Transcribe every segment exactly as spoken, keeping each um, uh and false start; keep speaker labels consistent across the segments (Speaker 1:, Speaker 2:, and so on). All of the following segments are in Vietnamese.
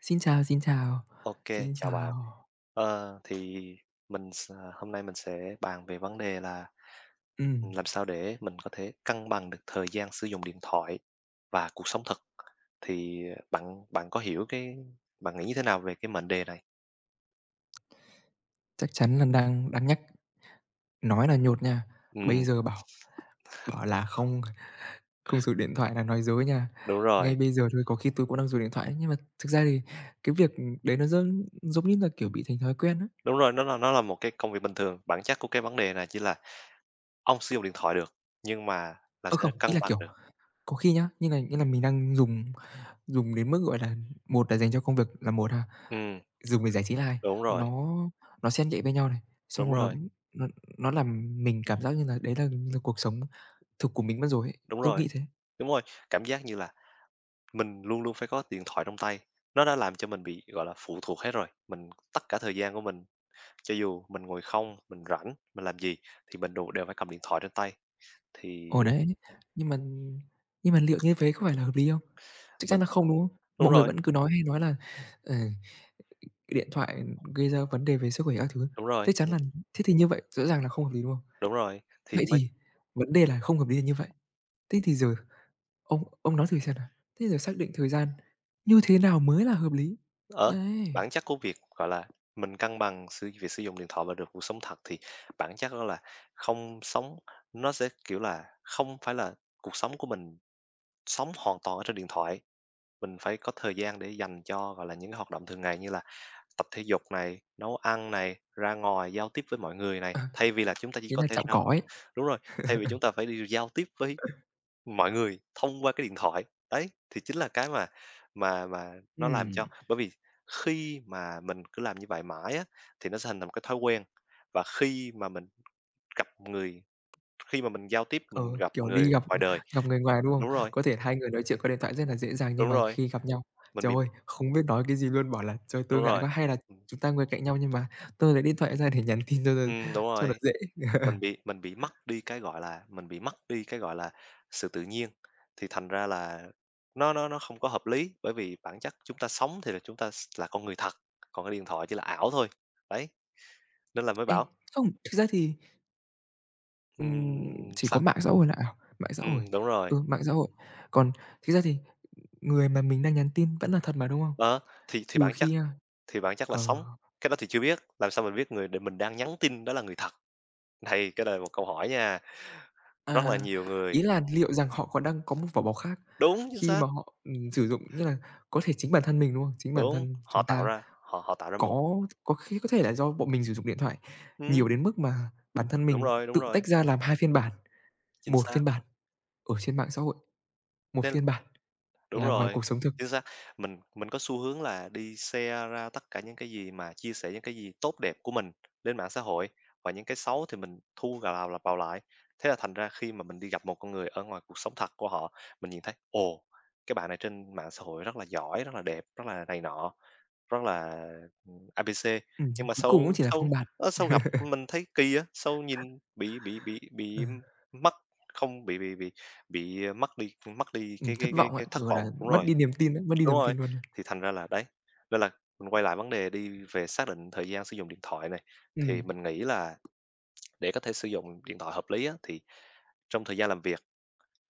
Speaker 1: Xin chào, xin chào,
Speaker 2: OK,
Speaker 1: xin
Speaker 2: chào bạn.
Speaker 1: chào.
Speaker 2: Ờ, thì mình s à, hôm nay mình sẽ bàn về vấn đề là
Speaker 1: Ừm,
Speaker 2: làm sao để mình có thể cân bằng được thời gian sử dụng điện thoại và cuộc sống thực. Thì à, bạn bạn có hiểu cái bạn nghĩ như thế nào về cái mệnh đề này?
Speaker 1: chắc chắn là đang đang nhắc nói là nhột nha,
Speaker 2: Ừm,
Speaker 1: bây giờ bảo bảo là không không dùng điện thoại là nói dối nha.
Speaker 2: đúng
Speaker 1: Ngay
Speaker 2: rồi,
Speaker 1: bây giờ thôi có khi tôi cũng đang dùng điện thoại đấy, nhưng mà thực ra thì cái việc, đấy nó giống giống như là, kiểu, bị thành thói quen á.
Speaker 2: đúng rồi, nó là nó là một cái công việc bình thường, bản chất của cái vấn đề này chỉ là ông sử dụng điện thoại được, nhưng mà làm
Speaker 1: Ơ,
Speaker 2: sao để
Speaker 1: không,
Speaker 2: cân
Speaker 1: ý là,
Speaker 2: bằng
Speaker 1: kiểu,
Speaker 2: được.
Speaker 1: có khi nhá, như này, nghĩa là mình đang dùng. Dùng đến mức, gọi là, một là dành cho công việc là một ha,
Speaker 2: Ừ,
Speaker 1: dùng để giải trí là hai,
Speaker 2: đúng rồi,
Speaker 1: nó nó xen kẽ với nhau này, xong
Speaker 2: đúng
Speaker 1: rồi nó
Speaker 2: rồi,
Speaker 1: nó nó làm mình cảm giác như là đấy là là cuộc sống thực của mình mất rồi ấy.
Speaker 2: đúng
Speaker 1: Tôi
Speaker 2: rồi,
Speaker 1: nghĩ thế.
Speaker 2: đúng rồi. Cảm giác như là mình luôn luôn phải có điện thoại trong tay, nó đã làm cho mình bị, gọi là, phụ thuộc hết rồi. Mình tất cả thời gian của mình, cho dù mình ngồi không, mình rảnh, mình làm gì thì mình đù đều phải cầm điện thoại trên tay, thì
Speaker 1: Ồ, đấy, nhưng mà nhưng mà liệu như thế có phải là hợp lý không? Chắc
Speaker 2: mình
Speaker 1: chắn là không, đúng không?
Speaker 2: đúng
Speaker 1: Mọi người
Speaker 2: rồi,
Speaker 1: vẫn cứ nói hay nói là, ờ, điện thoại gây ra vấn đề về sức khỏe các thứ,
Speaker 2: đúng rồi,
Speaker 1: chắc chắn
Speaker 2: ừm,
Speaker 1: là thế thì như vậy rõ ràng là không hợp lý, đúng không?
Speaker 2: đúng rồi, thì
Speaker 1: Vậy
Speaker 2: mới
Speaker 1: thì vấn đề là không hợp lý là như vậy. Thế thì giờ Ông ông nói thử xem nào, thế rồi xác định thời gian như thế nào mới là hợp lý?
Speaker 2: ờ,
Speaker 1: Ấy,
Speaker 2: bản chất của việc, gọi là, mình cân bằng sử việc sử dụng điện thoại và được cuộc sống thật thì bản chất đó là không sống nó sẽ, kiểu là, không phải là cuộc sống của mình sống hoàn toàn ở trên điện thoại, mình phải có thời gian để dành cho, gọi là, những cái hoạt động thường ngày như là tập thể dục này, nấu ăn này, ra ngoài giao tiếp với mọi người này,
Speaker 1: ờ,
Speaker 2: thay vì là chúng ta chỉ
Speaker 1: ý
Speaker 2: có
Speaker 1: là
Speaker 2: thể
Speaker 1: chạm
Speaker 2: rao
Speaker 1: cỏ ấy.
Speaker 2: đúng rồi, thay vì chúng ta phải đi giao tiếp với mọi người thông qua cái điện thoại. Đấy, thì chính là cái mà mà mà nó làm cho
Speaker 1: Ừm,
Speaker 2: bởi vì khi mà mình cứ làm như vậy mãi á, thì nó sẽ hình thành một cái thói quen, và khi mà mình gặp người khi mà mình giao tiếp,
Speaker 1: ờ,
Speaker 2: mình gặp
Speaker 1: kiểu, đi
Speaker 2: người
Speaker 1: gặp
Speaker 2: ngoài đời
Speaker 1: gặp người ngoài, đúng không?
Speaker 2: đúng rồi,
Speaker 1: Có thể hai người nói chuyện qua điện thoại rất là dễ dàng, nhưng
Speaker 2: đúng
Speaker 1: mà
Speaker 2: rồi,
Speaker 1: khi gặp nhau,
Speaker 2: mình
Speaker 1: trời
Speaker 2: bị
Speaker 1: ơi, không biết nói cái gì luôn, bảo là "Trời,
Speaker 2: đúng
Speaker 1: tôi ngại
Speaker 2: rồi.
Speaker 1: quá!" hay là
Speaker 2: Ừm,
Speaker 1: "Chúng ta ngồi cạnh nhau nhưng mà tôi lấy điện thoại ra để nhắn tin cho nó
Speaker 2: ừm, đúng
Speaker 1: cho nó
Speaker 2: rồi.
Speaker 1: dễ."
Speaker 2: Mình bị mình bị mất đi cái, gọi là, mình bị mất đi cái, gọi là, sự tự nhiên, thì thành ra là nó nó nó không có hợp lý, bởi vì bản chất chúng ta sống thì là chúng ta s là con người thật, còn cái điện thoại chỉ là ảo thôi. Đấy, nên là mới
Speaker 1: Ê,
Speaker 2: bảo
Speaker 1: không, thực ra thì, ừm,
Speaker 2: ừm,
Speaker 1: chỉ
Speaker 2: sao
Speaker 1: có mạng xã hội là ảo, mạng xã hội
Speaker 2: ừm, đúng rồi,
Speaker 1: ừ, mạng xã hội. Còn thực ra thì người mà mình đang nhắn tin vẫn là thật mà, đúng không?
Speaker 2: đó, thì thì
Speaker 1: Trừ
Speaker 2: bản chất
Speaker 1: khi, a
Speaker 2: thì bản chất là
Speaker 1: ờ,
Speaker 2: sống cái đó thì chưa biết, làm sao mình biết người để mình đang nhắn tin đó là người thật? Này, cái này là một câu hỏi nha, rất là
Speaker 1: à,
Speaker 2: nhiều người
Speaker 1: ý là liệu rằng họ có đang có một vỏ bọc khác
Speaker 2: đúng, chính
Speaker 1: khi
Speaker 2: xác,
Speaker 1: mà họ, ừm, sử dụng, nghĩa là có thể chính bản thân mình, đúng không? Chính bản
Speaker 2: đúng,
Speaker 1: thân
Speaker 2: họ
Speaker 1: chúng
Speaker 2: tạo
Speaker 1: ta
Speaker 2: ra họ họ tạo ra một
Speaker 1: có có khi có thể là do bọn mình sử dụng điện thoại nhiều
Speaker 2: ừm,
Speaker 1: đến mức mà bản thân
Speaker 2: đúng
Speaker 1: mình
Speaker 2: rồi, đúng
Speaker 1: tự
Speaker 2: rồi,
Speaker 1: tách ra làm hai phiên bản,
Speaker 2: chính
Speaker 1: một
Speaker 2: xác,
Speaker 1: phiên bản ở trên mạng xã hội, một
Speaker 2: nên
Speaker 1: phiên bản
Speaker 2: Đúng
Speaker 1: là ngoài
Speaker 2: rồi,
Speaker 1: cuộc sống thực.
Speaker 2: chính xác. Mình mình có xu hướng là đi share ra tất cả những cái gì mà chia sẻ những cái gì tốt đẹp của mình lên mạng xã hội và những cái xấu thì mình thu gà vào lặp vào lại. Thế là thành ra khi mà mình đi gặp một con người ở ngoài cuộc sống thật của họ, mình nhìn thấy, ồ, cái bạn này trên mạng xã hội rất là giỏi, rất là đẹp, rất là này nọ. Rất là, ừm, a b c,
Speaker 1: Ừm,
Speaker 2: nhưng mà
Speaker 1: cuối cùng cũng
Speaker 2: sau
Speaker 1: chỉ là phông
Speaker 2: sau
Speaker 1: bạt,
Speaker 2: ơ, sau gặp mình thấy kỳ á, sau nhìn bị bị bị
Speaker 1: ờ,
Speaker 2: bị mất không bị bị bị bị, ờ, mất đi mất đi
Speaker 1: ừm,
Speaker 2: cái
Speaker 1: thất
Speaker 2: cái cái
Speaker 1: vọng ạ
Speaker 2: cái thất
Speaker 1: gọi là,
Speaker 2: vọng đúng
Speaker 1: mất
Speaker 2: rồi,
Speaker 1: đi niềm tin ấy, mất đi
Speaker 2: đúng
Speaker 1: niềm
Speaker 2: rồi,
Speaker 1: tin luôn.
Speaker 2: thì thành ra là đấy, nên là mình quay lại vấn đề đi về xác định thời gian sử dụng điện thoại này,
Speaker 1: Ừm,
Speaker 2: thì mình nghĩ là để có thể sử dụng điện thoại hợp lý á, thì trong thời gian làm việc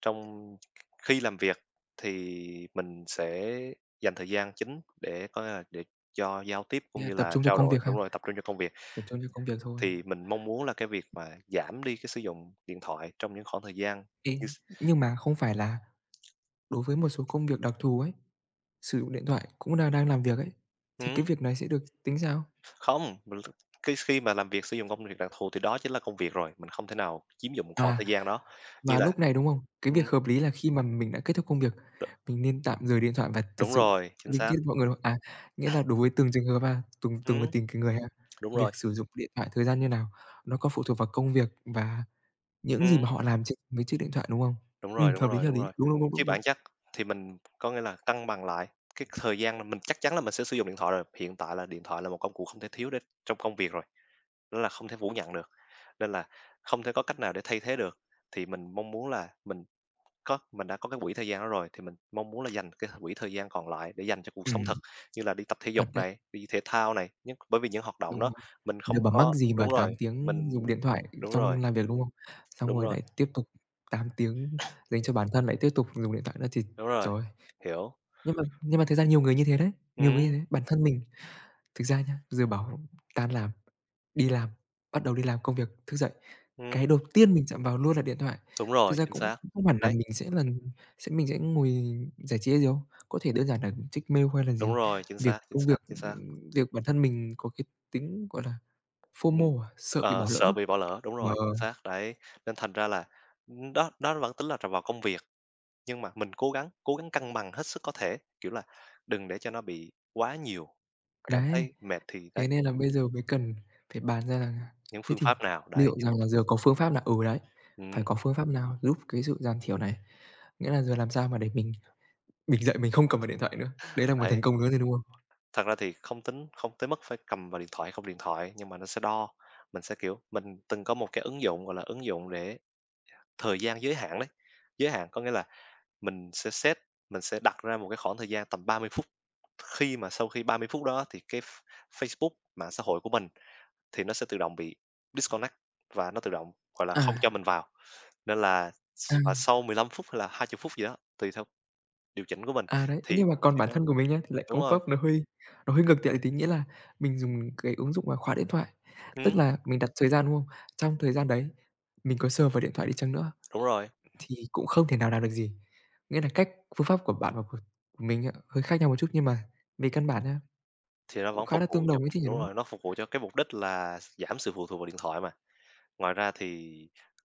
Speaker 2: trong khi làm việc thì mình sẽ dành thời gian chính để có là để cho giao tiếp
Speaker 1: thế
Speaker 2: cũng
Speaker 1: là
Speaker 2: như
Speaker 1: tập
Speaker 2: là
Speaker 1: trung cho
Speaker 2: trao
Speaker 1: công
Speaker 2: đổi
Speaker 1: việc ha,
Speaker 2: đúng rồi, tập trung cho công việc.
Speaker 1: tập trung cho công việc thôi.
Speaker 2: Thì mình mong muốn là cái việc mà giảm đi cái sử dụng điện thoại trong những khoảng thời gian
Speaker 1: Ê,
Speaker 2: như s
Speaker 1: nhưng mà không phải là đối với một số công việc đặc thù ấy, sử dụng điện thoại cũng là đang làm việc ấy, thì cái
Speaker 2: ừm,
Speaker 1: việc này sẽ được tính sao?
Speaker 2: không, mình cái khi mà làm việc sử dụng công việc đặc thù thì đó chính là công việc rồi, mình không thể nào chiếm dụng khoảng
Speaker 1: À,
Speaker 2: thời gian đó. Như
Speaker 1: và
Speaker 2: là
Speaker 1: lúc này, đúng không? Cái
Speaker 2: ừm,
Speaker 1: việc hợp lý là khi mà mình đã kết thúc công việc, mình nên tạm rời điện thoại và thật
Speaker 2: đúng
Speaker 1: sự
Speaker 2: rồi, chính
Speaker 1: liên
Speaker 2: xác,
Speaker 1: kết mọi người, đúng không? À, nghĩa là đối với từng trường hợp ha, từng từng và
Speaker 2: ừm,
Speaker 1: từng cái người ha,
Speaker 2: đúng rồi,
Speaker 1: việc sử dụng điện thoại thời gian như nào, nó còn phụ thuộc vào công việc và những gì
Speaker 2: ừm.
Speaker 1: mà họ làm trên mấy chiếc điện thoại, đúng không?
Speaker 2: Đúng rồi,
Speaker 1: Ừm,
Speaker 2: đúng
Speaker 1: hợp lý,
Speaker 2: rồi,
Speaker 1: hợp
Speaker 2: đúng
Speaker 1: lý.
Speaker 2: rồi.
Speaker 1: Đúng, đúng, đúng,
Speaker 2: Chứ
Speaker 1: đúng, đúng.
Speaker 2: bản chất thì mình có nghĩa là cân bằng lại cái thời gian là mình chắc chắn là mình sẽ sử dụng điện thoại rồi. Hiện tại là điện thoại là một công cụ không thể thiếu để trong công việc rồi, đó là không thể phủ nhận được, nên là không thể có cách nào để thay thế được. Thì mình mong muốn là mình có mình đã có cái quỹ thời gian đó rồi thì mình mong muốn là dành cái quỹ thời gian còn lại để dành cho cuộc sống
Speaker 1: Ừm,
Speaker 2: thực, như là đi tập thể dục
Speaker 1: thật đấy.
Speaker 2: này, đi thể thao này, nhưng bởi vì những hoạt động
Speaker 1: Đúng
Speaker 2: đó
Speaker 1: rồi.
Speaker 2: mình
Speaker 1: Giờ
Speaker 2: không
Speaker 1: bà mắc
Speaker 2: có
Speaker 1: gì mà
Speaker 2: đúng rồi,
Speaker 1: tám tiếng dùng
Speaker 2: mình
Speaker 1: điện thoại
Speaker 2: đúng
Speaker 1: trong
Speaker 2: rồi,
Speaker 1: làm việc, đúng không? Xong
Speaker 2: đúng
Speaker 1: rồi
Speaker 2: rồi,
Speaker 1: lại tiếp tục tám tiếng dành cho bản thân lại tiếp tục dùng điện thoại nữa thì
Speaker 2: đúng rồi,
Speaker 1: trời ơi!
Speaker 2: hiểu.
Speaker 1: Nhưng mà nhưng mà thực ra nhiều người như thế đấy, nhiều người
Speaker 2: Ừ,
Speaker 1: như thế. Bản thân mình thực ra nhá, giờ bảo tan làm, đi làm, bắt đầu đi làm công việc, thức dậy,
Speaker 2: ừ,
Speaker 1: cái đầu tiên mình chạm vào luôn là điện thoại.
Speaker 2: đúng
Speaker 1: Thực
Speaker 2: rồi,
Speaker 1: ra
Speaker 2: chính
Speaker 1: cũng
Speaker 2: xác.
Speaker 1: cũng không hẳn là
Speaker 2: Đấy,
Speaker 1: mình sẽ là sẽ mình sẽ ngồi giải trí hay gì đâu, có thể đơn giản là check mail hay là
Speaker 2: đúng
Speaker 1: gì.
Speaker 2: rồi, chính
Speaker 1: Việc
Speaker 2: xác, chính
Speaker 1: công
Speaker 2: xác,
Speaker 1: việc,
Speaker 2: chính xác.
Speaker 1: ừm, việc bản thân mình có cái tính, gọi là,
Speaker 2: Mình,
Speaker 1: FOMO à? Sợ bị
Speaker 2: ờ,
Speaker 1: bỏ
Speaker 2: sợ
Speaker 1: lỡ.
Speaker 2: bị bỏ lỡ, đúng
Speaker 1: Ờ.
Speaker 2: rồi, chính xác, đấy. Nên thành ra là, ưm, đó đó vẫn tính là tr vào công việc, nhưng mà mình cố gắng cố gắng cân bằng hết sức có thể, kiểu là, đừng để cho nó bị quá nhiều, cảm
Speaker 1: Đấy,
Speaker 2: thấy mệt thì đấy,
Speaker 1: thế nên là bây giờ mới cần phải bàn ra rằng là
Speaker 2: những
Speaker 1: thế
Speaker 2: phương
Speaker 1: thì
Speaker 2: pháp nào, đấy,
Speaker 1: liệu
Speaker 2: những
Speaker 1: rằng là giờ có phương pháp nào ừ, đấy, phải
Speaker 2: ừm,
Speaker 1: có phương pháp nào giúp cái sự giảm thiểu này. Nghĩa là giờ làm sao mà để mình mình dậy mình không cầm vào điện thoại nữa, đấy là một thành
Speaker 2: đấy.
Speaker 1: công nữa rồi, đúng không?
Speaker 2: Thật ra thì không tính không tới mức phải cầm vào điện thoại, không điện thoại, nhưng mà nó sẽ đo, mình sẽ, kiểu mình từng có một cái ứng dụng, gọi là, ứng dụng để thời gian giới hạn đấy, giới hạn có nghĩa là mình sẽ set mình sẽ đặt ra một cái khoảng thời gian tầm ba mươi phút. Khi mà sau khi ba mươi phút đó thì cái F Facebook, mạng xã hội của mình thì nó sẽ tự động bị disconnect và nó tự động, gọi là,
Speaker 1: À,
Speaker 2: không cho mình vào. Nên là
Speaker 1: à,
Speaker 2: s và sau mười lăm phút hay là hai mươi phút gì đó, tùy theo điều chỉnh của mình
Speaker 1: à, đấy,
Speaker 2: thì
Speaker 1: nhưng mà còn
Speaker 2: thì
Speaker 1: bản
Speaker 2: nó
Speaker 1: thân của mình nhá, thì lại
Speaker 2: đúng
Speaker 1: có pháp
Speaker 2: rồi,
Speaker 1: nó hơi nó hơi ngược lại tí, nghĩa là mình dùng cái ứng dụng là khóa điện thoại. Tức
Speaker 2: ừm,
Speaker 1: là mình đặt thời gian, đúng không? Trong thời gian đấy mình có sờ vào điện thoại đi chăng nữa
Speaker 2: đúng rồi,
Speaker 1: thì cũng không thể nào làm được gì. Nghĩa là cách phương pháp của bạn và của của mình á, hơi khác nhau một chút nhưng mà về căn bản á,
Speaker 2: thì nó
Speaker 1: cũng
Speaker 2: vẫn
Speaker 1: khá
Speaker 2: phục
Speaker 1: là
Speaker 2: vụ
Speaker 1: tương
Speaker 2: cho
Speaker 1: đồng ấy chứ nhỉ,
Speaker 2: đúng
Speaker 1: đúng không?
Speaker 2: rồi, nó phục vụ cho cái mục đích là giảm sự phụ thuộc vào điện thoại mà. Ngoài ra thì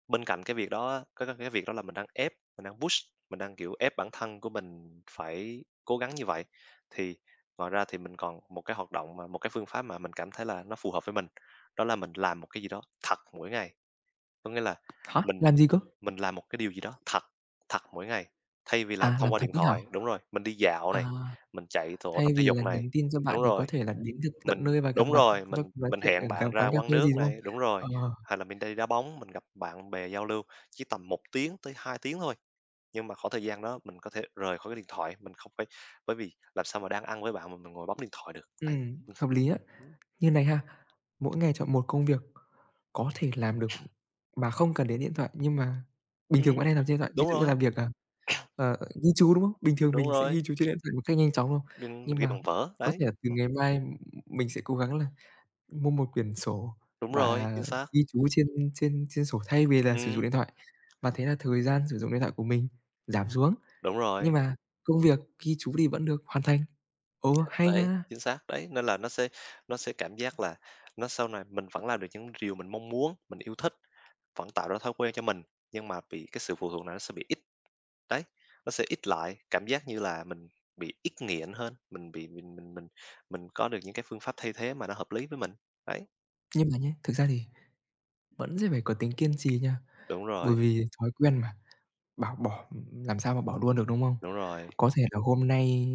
Speaker 2: bên cạnh cái việc đó á, có có cái việc đó là mình đang ép, mình đang push, mình đang, kiểu, ép bản thân của mình phải cố gắng như vậy. Thì ngoài ra thì mình còn một cái hoạt động mà một cái phương pháp mà mình cảm thấy là nó phù hợp với mình, đó là mình làm một cái gì đó thật mỗi ngày. Có nghĩa là
Speaker 1: Hả?
Speaker 2: mình
Speaker 1: Làm gì cơ?
Speaker 2: mình làm một cái điều gì đó thật, thật mỗi ngày, thay vì làm
Speaker 1: À,
Speaker 2: thông
Speaker 1: làm
Speaker 2: qua
Speaker 1: thật
Speaker 2: điện
Speaker 1: ấy hả?
Speaker 2: thoại đúng rồi, mình đi dạo này,
Speaker 1: À,
Speaker 2: mình chạy tổ tập
Speaker 1: thay
Speaker 2: thể
Speaker 1: vì
Speaker 2: dục
Speaker 1: là
Speaker 2: này.
Speaker 1: nhắn tin cho bạn
Speaker 2: Đúng
Speaker 1: thì có
Speaker 2: rồi.
Speaker 1: thể là đến được tận
Speaker 2: Mình
Speaker 1: nơi và gặp
Speaker 2: đúng
Speaker 1: mặt,
Speaker 2: rồi,
Speaker 1: chúng ta
Speaker 2: mình
Speaker 1: cùng nói
Speaker 2: mình
Speaker 1: chuyện
Speaker 2: hẹn
Speaker 1: ở cả
Speaker 2: bạn ra
Speaker 1: quán cà
Speaker 2: quán
Speaker 1: phê
Speaker 2: nước
Speaker 1: gì, đúng không?
Speaker 2: này, đúng rồi,
Speaker 1: Ờ,
Speaker 2: hay là mình đi đá bóng, mình gặp bạn bè giao lưu, chỉ tầm một tiếng tới hai tiếng thôi. Nhưng mà khoảng thời gian đó mình có thể rời khỏi cái điện thoại, mình không phải bởi vì làm sao mà đang ăn với bạn mà mình ngồi bấm điện thoại được, đấy.
Speaker 1: ừm, hợp lý á.
Speaker 2: Ừm,
Speaker 1: Như này ha, mỗi ngày chọn một công việc có thể làm được mà không cần đến điện thoại, nhưng mà bình thường bạn hay làm trên điện thoại, ví
Speaker 2: đúng
Speaker 1: dụ như
Speaker 2: rồi,
Speaker 1: là việc, à, ờ, ờ, ghi chú, đúng không? Bình thường
Speaker 2: đúng
Speaker 1: mình sẽ
Speaker 2: rồi,
Speaker 1: ghi chú trên điện thoại một cách nhanh chóng, đúng không?
Speaker 2: mình mình
Speaker 1: Nhưng
Speaker 2: ghi
Speaker 1: mà
Speaker 2: bằng vở,
Speaker 1: có
Speaker 2: đấy,
Speaker 1: thể là từ
Speaker 2: ừm,
Speaker 1: ngày mai mình sẽ cố gắng là mua một quyển sổ
Speaker 2: đúng rồi,
Speaker 1: và
Speaker 2: chính xác,
Speaker 1: ghi chú trên trên trên sổ thay vì là sử dụng
Speaker 2: ừm,
Speaker 1: điện thoại. Và thế là thời gian sử dụng điện thoại của mình giảm xuống,
Speaker 2: đúng
Speaker 1: nhưng
Speaker 2: rồi,
Speaker 1: mà công việc ghi chú thì vẫn được hoàn thành. Ồ, hay
Speaker 2: đấy,
Speaker 1: nha!
Speaker 2: chính xác, đấy, nên là nó sẽ nó sẽ cảm giác là nó sau này mình vẫn làm được những điều mình mong muốn, mình yêu thích. Vẫn tạo ra thói quen cho mình, nhưng mà bị cái sự phụ thuộc này nó sẽ bị ít, đấy, nó sẽ ít lại, cảm giác như là mình bị ít nghiện hơn, mình bị mình mình mình mình có được những cái phương pháp thay thế mà nó hợp lý với mình. Đấy,
Speaker 1: Nhưng mà nhá, thực ra thì vẫn sẽ phải có tính kiên trì nha,
Speaker 2: đúng
Speaker 1: bởi
Speaker 2: rồi,
Speaker 1: vì thói quen mà, bảo bỏ làm sao mà bỏ luôn được, đúng không?
Speaker 2: đúng rồi,
Speaker 1: Có thể là hôm nay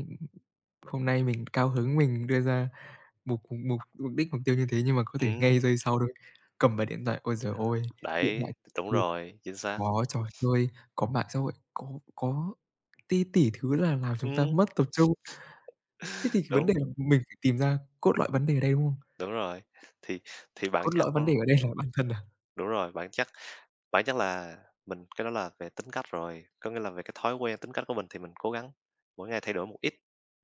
Speaker 1: hôm nay mình cao hứng mình đưa ra Mục mục mục đích, mục tiêu như thế nhưng mà có thể
Speaker 2: ừm,
Speaker 1: ngay giây sau thôi, cầm vào điện thoại, ôi giời ơi! Điện thoại
Speaker 2: đấy, đúng
Speaker 1: thì
Speaker 2: rồi, chính xác,
Speaker 1: có trò chơi, có mạng xã hội, có có ti tỷ thứ là làm chúng ta
Speaker 2: ừm,
Speaker 1: mất tập trung. Thế thì vấn
Speaker 2: đúng,
Speaker 1: đề là mình phải tìm ra cốt lõi vấn đề ở đây, đúng không?
Speaker 2: đúng rồi. Thì thì bản
Speaker 1: Cốt
Speaker 2: chất
Speaker 1: lõi vấn
Speaker 2: của
Speaker 1: đề ở đây là bản thân à?
Speaker 2: đúng rồi, bản chất bản chất là mình cái đó là về tính cách rồi, có nghĩa là về cái thói quen, tính cách của mình thì mình cố gắng mỗi ngày thay đổi một ít,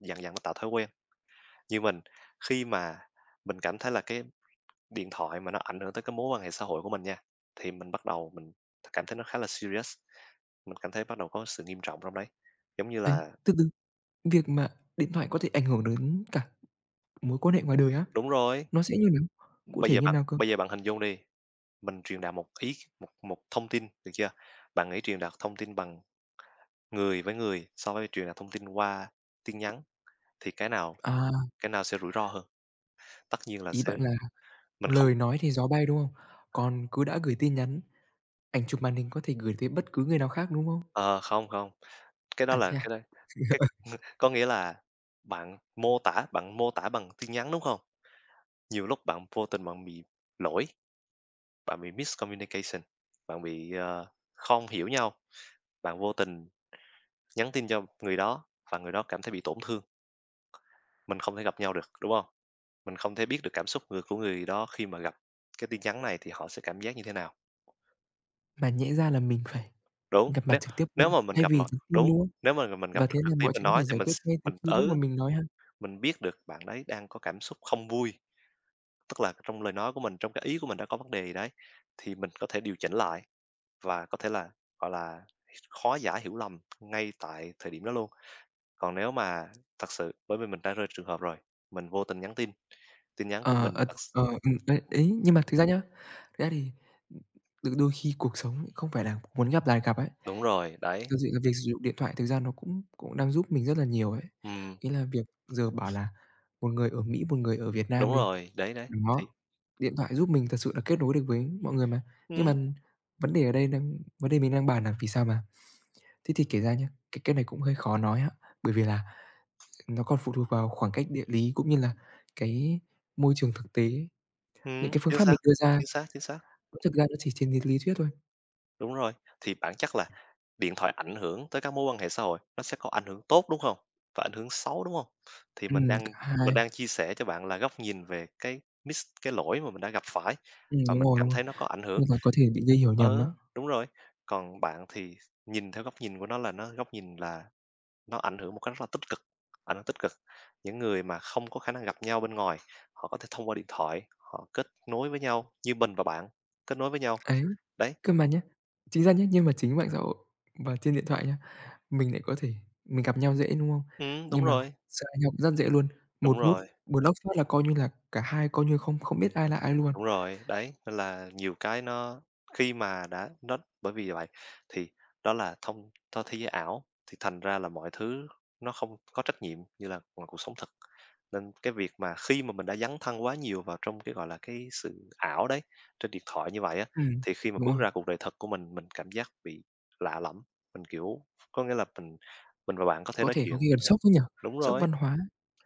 Speaker 2: dần dần nó tạo thói quen. Như mình, khi mà mình cảm thấy là cái điện thoại mà nó ảnh hưởng tới cái mối quan hệ xã hội của mình nha, thì mình bắt đầu mình cảm thấy nó khá là serious, mình cảm thấy bắt đầu có sự nghiêm trọng trong đấy. Giống như
Speaker 1: Đấy,
Speaker 2: là
Speaker 1: từ từ, việc mà điện thoại có thể ảnh hưởng đến cả mối quan hệ ngoài đời á,
Speaker 2: đúng rồi,
Speaker 1: nó sẽ như nào? Cụ
Speaker 2: bây
Speaker 1: thể
Speaker 2: giờ
Speaker 1: như
Speaker 2: bạn
Speaker 1: nào cơ?
Speaker 2: bây giờ bạn hình dung đi, mình truyền đạt một ý một một thông tin, được chưa? Bạn nghĩ truyền đạt thông tin bằng người với người so với truyền đạt thông tin qua tin nhắn thì cái nào
Speaker 1: À,
Speaker 2: cái nào sẽ rủi ro hơn? Tất nhiên là
Speaker 1: ý
Speaker 2: sẽ
Speaker 1: bạn là
Speaker 2: mình không
Speaker 1: lời nói thì gió bay, đúng không? Còn cứ đã gửi tin nhắn, ảnh chụp màn hình có thể gửi tới bất cứ người nào khác, đúng không?
Speaker 2: ờ, không, không, cái đó
Speaker 1: À,
Speaker 2: là
Speaker 1: thế à?
Speaker 2: cái đó. Có nghĩa là bạn mô tả bạn mô tả bằng tin nhắn, đúng không? Nhiều lúc bạn vô tình bạn bị lỗi, bạn bị miscommunication, bạn bị, ờ, không hiểu nhau, bạn vô tình nhắn tin cho người đó và người đó cảm thấy bị tổn thương. Mình không thể gặp nhau được, đúng không? Mình không thể biết được cảm xúc người của người đó khi mà gặp cái tin nhắn này thì họ sẽ cảm giác như thế nào.
Speaker 1: Mà nhẽ ra là mình phải
Speaker 2: Đúng,
Speaker 1: gặp mặt
Speaker 2: nếu
Speaker 1: trực tiếp
Speaker 2: nếu
Speaker 1: luôn,
Speaker 2: mà mình
Speaker 1: thay
Speaker 2: gặp
Speaker 1: vì
Speaker 2: mặt,
Speaker 1: nhắn tin,
Speaker 2: đúng,
Speaker 1: đúng không?
Speaker 2: nếu mà mình gặp
Speaker 1: Và
Speaker 2: mặt
Speaker 1: thế
Speaker 2: trực
Speaker 1: là
Speaker 2: tiếp
Speaker 1: mọi
Speaker 2: mình
Speaker 1: chuyện có
Speaker 2: nói
Speaker 1: thể
Speaker 2: thì
Speaker 1: giải
Speaker 2: mình
Speaker 1: quyết
Speaker 2: s
Speaker 1: ngay từ
Speaker 2: mình
Speaker 1: khi lúc mà
Speaker 2: ở
Speaker 1: mình nói ha?
Speaker 2: mình biết được bạn đấy đang có cảm xúc không vui. Tức là trong lời nói của mình, trong cái ý của mình đã có vấn đề gì đấy, thì mình có thể điều chỉnh lại và có thể là, gọi là, khó giả hiểu lầm ngay tại thời điểm đó luôn. Còn nếu mà thật sự bởi vì mình đã rơi trường hợp rồi, mình vô tình nhắn tin, tin nhắn của
Speaker 1: Ờ,
Speaker 2: mình
Speaker 1: ờ,
Speaker 2: thật s
Speaker 1: ờ, ừm, đấy, ấy, nhưng mà thực ra nhá, thực ra thì, đôi đôi khi cuộc sống ấy không phải là muốn gặp là gặp ấy.
Speaker 2: đúng rồi, đấy,
Speaker 1: Thực sự là việc sử dụng điện thoại thực ra nó cũng cũng đang giúp mình rất là nhiều ấy.
Speaker 2: ừm,
Speaker 1: Ý là việc giờ bảo là một người ở Mỹ, một người ở Việt
Speaker 2: đúng
Speaker 1: Nam đi,
Speaker 2: rồi, đấy, đấy,
Speaker 1: đó,
Speaker 2: thì
Speaker 1: điện thoại giúp mình thật sự là kết nối được với mọi người mà. Nhưng mà
Speaker 2: ừm,
Speaker 1: vấn đề ở đây đang vấn đề mình đang bàn là vì sao mà thế thì kể ra nhá, cái cái này cũng hơi khó nói á, bởi vì là nó còn phụ thuộc vào khoảng cách địa lý cũng như là cái môi trường thực tế. Những
Speaker 2: ừm,
Speaker 1: cái phương
Speaker 2: chính
Speaker 1: pháp
Speaker 2: xác,
Speaker 1: mình đưa ra
Speaker 2: chính xác, chính xác.
Speaker 1: nó thực ra nó chỉ trên lý lý thuyết thôi.
Speaker 2: Đúng rồi, thì bản chất là điện thoại ảnh hưởng tới các mối quan hệ xã hội, nó sẽ có ảnh hưởng tốt, đúng không? Và ảnh hưởng xấu, đúng không? Thì mình
Speaker 1: Ừm, cả
Speaker 2: đang
Speaker 1: hai.
Speaker 2: mình đang chia sẻ cho bạn là góc nhìn về cái miss cái lỗi mà mình đã gặp phải
Speaker 1: Ừm,
Speaker 2: và
Speaker 1: đúng
Speaker 2: mình
Speaker 1: rồi,
Speaker 2: cảm
Speaker 1: đúng rồi,
Speaker 2: thấy nó có ảnh hưởng.
Speaker 1: nên là có thể bị gây hiểu nhầm á.
Speaker 2: Ờ, đúng rồi, còn bạn thì nhìn theo góc nhìn của nó là nó góc nhìn là nó ảnh hưởng một cách rất là tích cực, ảnh hưởng tích cực. Những người mà không có khả năng gặp nhau bên ngoài, họ có thể thông qua điện thoại, họ kết nối với nhau như mình và bạn, kết nối với nhau.
Speaker 1: Ấy,
Speaker 2: Đấy,
Speaker 1: cơ mà nhá, chính ra nhá, nhưng mà chính mạng xã hội và trên điện thoại nhá, mình lại có thể mình gặp nhau dễ, đúng không?
Speaker 2: ừm, đúng
Speaker 1: Nhưng mà
Speaker 2: rồi,
Speaker 1: xa nhau cũng rất dễ luôn,
Speaker 2: đúng
Speaker 1: một nút
Speaker 2: rồi.
Speaker 1: block phát là coi như là cả hai coi như không không biết ai là ai luôn.
Speaker 2: Đúng rồi, đấy, nên là nhiều cái nó khi mà đã nó bởi vì vậy thì đó là thông cho thế giới ảo thì thành ra là mọi thứ nó không có trách nhiệm như là ngoài cuộc sống thực. Nên cái việc mà khi mà mình đã dấn thân quá nhiều vào trong cái, gọi là, cái sự ảo đấy, trên điện thoại như vậy á,
Speaker 1: Ừm,
Speaker 2: thì khi mà
Speaker 1: đúng
Speaker 2: bước
Speaker 1: rồi,
Speaker 2: ra cuộc đời thật của mình, mình cảm giác bị lạ lẫm, mình, kiểu có nghĩa là mình mình và bạn có thể
Speaker 1: có
Speaker 2: nói
Speaker 1: thể có
Speaker 2: chuyện.
Speaker 1: khi còn sốc ấy nhỉ?
Speaker 2: Đúng
Speaker 1: Sốc
Speaker 2: rồi,
Speaker 1: văn hóa.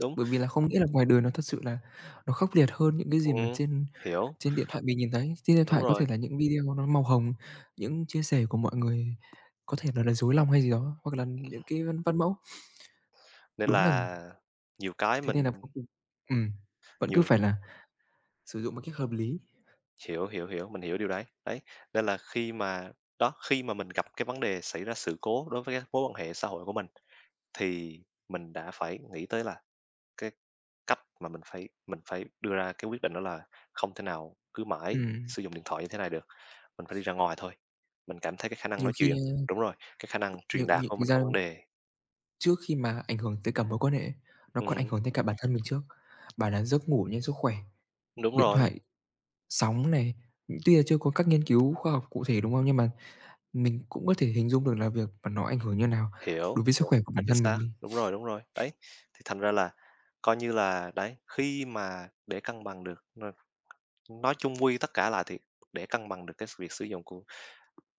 Speaker 2: đúng,
Speaker 1: Bởi vì là không nghĩ là ngoài đời nó thật sự là nó khốc liệt hơn những cái gì mà
Speaker 2: ừm,
Speaker 1: trên
Speaker 2: hiểu,
Speaker 1: trên điện thoại mình nhìn thấy. Trên điện
Speaker 2: đúng
Speaker 1: thoại có
Speaker 2: rồi,
Speaker 1: thể là những video nó màu hồng, những chia sẻ của mọi người có thể là là dối lòng hay gì đó, hoặc là những cái văn văn mẫu.
Speaker 2: nên
Speaker 1: Đúng là
Speaker 2: là nhiều cái
Speaker 1: thế
Speaker 2: mình
Speaker 1: nên là cuối cùng ừm, vẫn cứ
Speaker 2: nhiều.
Speaker 1: phải là sử dụng một cách hợp lý.
Speaker 2: Hiểu, hiểu, hiểu, mình hiểu điều đấy. Đấy, nên là khi mà đó, khi mà mình gặp cái vấn đề xảy ra sự cố đối với các mối quan hệ xã hội của mình, thì mình đã phải nghĩ tới là cái cách mà mình phải mình phải đưa ra cái quyết định đó là không thể nào cứ mãi
Speaker 1: Ừm,
Speaker 2: sử dụng điện thoại như thế này được, mình phải đi ra ngoài thôi. Mình cảm thấy cái khả năng
Speaker 1: nhiều
Speaker 2: nói
Speaker 1: khi,
Speaker 2: chuyện
Speaker 1: a,
Speaker 2: đúng rồi, cái khả năng
Speaker 1: nhiều
Speaker 2: truyền đạt
Speaker 1: nhiều
Speaker 2: của
Speaker 1: thực
Speaker 2: mình có
Speaker 1: ra
Speaker 2: vấn đề.
Speaker 1: trước khi mà ảnh hưởng tới cả mối quan hệ ấy, nó còn ảnh
Speaker 2: Ừm,
Speaker 1: hưởng tới cả bản thân mình trước. Bảo là giấc ngủ nhé, sức khỏe,
Speaker 2: đúng
Speaker 1: điện
Speaker 2: rồi,
Speaker 1: thoại, sóng này, tuy là chưa có các nghiên cứu khoa học cụ thể, đúng không? Nhưng mà mình cũng có thể hình dung được là việc mà nó ảnh hưởng như nào
Speaker 2: hiểu,
Speaker 1: đối với sức
Speaker 2: hiểu,
Speaker 1: khỏe của bản
Speaker 2: chính
Speaker 1: thân
Speaker 2: xác,
Speaker 1: mình đi.
Speaker 2: đúng rồi, đúng rồi. Đấy, thì thành ra là coi như là đấy, khi mà để cân bằng được. Nói chung quy tất cả lại thì để cân bằng được cái việc sử dụng của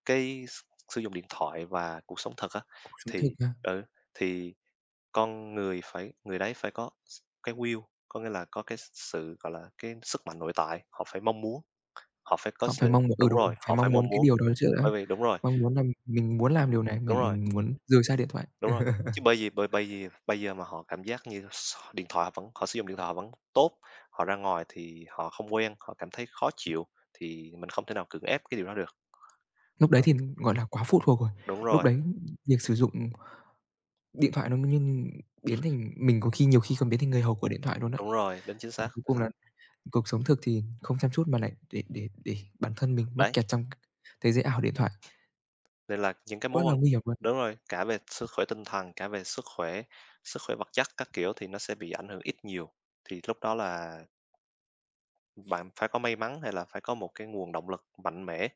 Speaker 2: cái s sử dụng điện thoại và cuộc sống thật á,
Speaker 1: Cuộc sống thực
Speaker 2: thì
Speaker 1: mà,
Speaker 2: ừ, thì con người phải người đấy phải có s cái will, có nghĩa là có cái sự, gọi là, cái sức mạnh nội tại, họ phải mong muốn, họ phải có
Speaker 1: họ phải
Speaker 2: sự
Speaker 1: mong muốn ừ,
Speaker 2: đúng
Speaker 1: đúng rồi,
Speaker 2: rồi,
Speaker 1: phải
Speaker 2: họ phải
Speaker 1: mong muốn
Speaker 2: mong
Speaker 1: cái
Speaker 2: muốn,
Speaker 1: điều đó trước đã,
Speaker 2: bởi vì đúng rồi,
Speaker 1: mong muốn là mình muốn làm điều này,
Speaker 2: đúng
Speaker 1: mình
Speaker 2: rồi,
Speaker 1: mình muốn rời xa điện thoại.
Speaker 2: đúng rồi. Chứ bởi vì bởi bây giờ bây giờ mà họ cảm giác như s điện thoại họ vẫn họ sử dụng điện thoại họ vẫn tốt, họ ra ngoài thì họ không quen, họ cảm thấy khó chịu, thì mình không thể nào cưỡng ép cái điều đó được.
Speaker 1: Lúc đấy thì, gọi là, quá phụ thuộc rồi,
Speaker 2: Đúng
Speaker 1: lúc
Speaker 2: rồi,
Speaker 1: đấy việc sử dụng điện thoại nó như biến thành mình có khi nhiều khi còn biến thành người hầu của điện thoại luôn á.
Speaker 2: đúng rồi, đến chính xác,
Speaker 1: Và cuối
Speaker 2: tinh
Speaker 1: cùng
Speaker 2: thần.
Speaker 1: là cuộc sống thực thì không chăm chút mà lại để để để bản thân mình mắc
Speaker 2: Đấy,
Speaker 1: kẹt trong thế giới ảo điện thoại,
Speaker 2: nên là những cái
Speaker 1: quá
Speaker 2: mối
Speaker 1: là
Speaker 2: quan
Speaker 1: nguy hiểm luôn.
Speaker 2: đúng rồi, cả về sức khỏe tinh thần, cả về sức khỏe sức khỏe vật chất các kiểu thì nó sẽ bị ảnh hưởng ít nhiều. Thì lúc đó là bạn phải có may mắn hay là phải có một cái nguồn động lực mạnh mẽ mới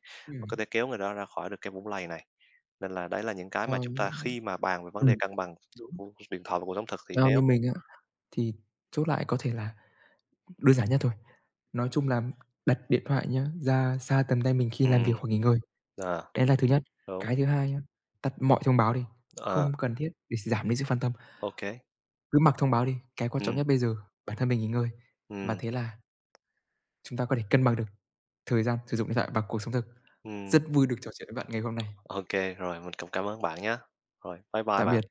Speaker 2: có
Speaker 1: Ừm,
Speaker 2: thể kéo người đó ra khỏi được cái vũng lầy này. Nên là đấy là những cái mà
Speaker 1: theo
Speaker 2: chúng ta khi mà bàn về vấn đề
Speaker 1: ừm,
Speaker 2: cân bằng
Speaker 1: đúng,
Speaker 2: của điện thoại và cuộc sống thực thì
Speaker 1: theo
Speaker 2: nếu
Speaker 1: như mình á. Thì chốt lại có thể là đơn giản nhất thôi, nói chung là đặt điện thoại nhá, ra xa tầm tay mình khi làm việc
Speaker 2: ừm,
Speaker 1: hoặc nghỉ ngơi,
Speaker 2: ờ,
Speaker 1: đấy là thứ nhất.
Speaker 2: đúng,
Speaker 1: Cái thứ hai nhá, tắt mọi thông báo đi,
Speaker 2: ờ,
Speaker 1: không cần thiết để giảm đi sự phân tâm,
Speaker 2: ok,
Speaker 1: cứ mặc thông báo đi, cái quan trọng
Speaker 2: ừm,
Speaker 1: nhất bây giờ bản thân mình nghỉ ngơi, và
Speaker 2: ừm,
Speaker 1: thế là chúng ta có thể cân bằng được thời gian sử dụng điện thoại và cuộc sống thực.
Speaker 2: ừm,
Speaker 1: Rất vui được trò chuyện với bạn ngày hôm nay.
Speaker 2: ô, rồi mình cũng cảm ơn bạn nhé. Rồi, bye bye
Speaker 1: Tạm
Speaker 2: bạn.
Speaker 1: biệt.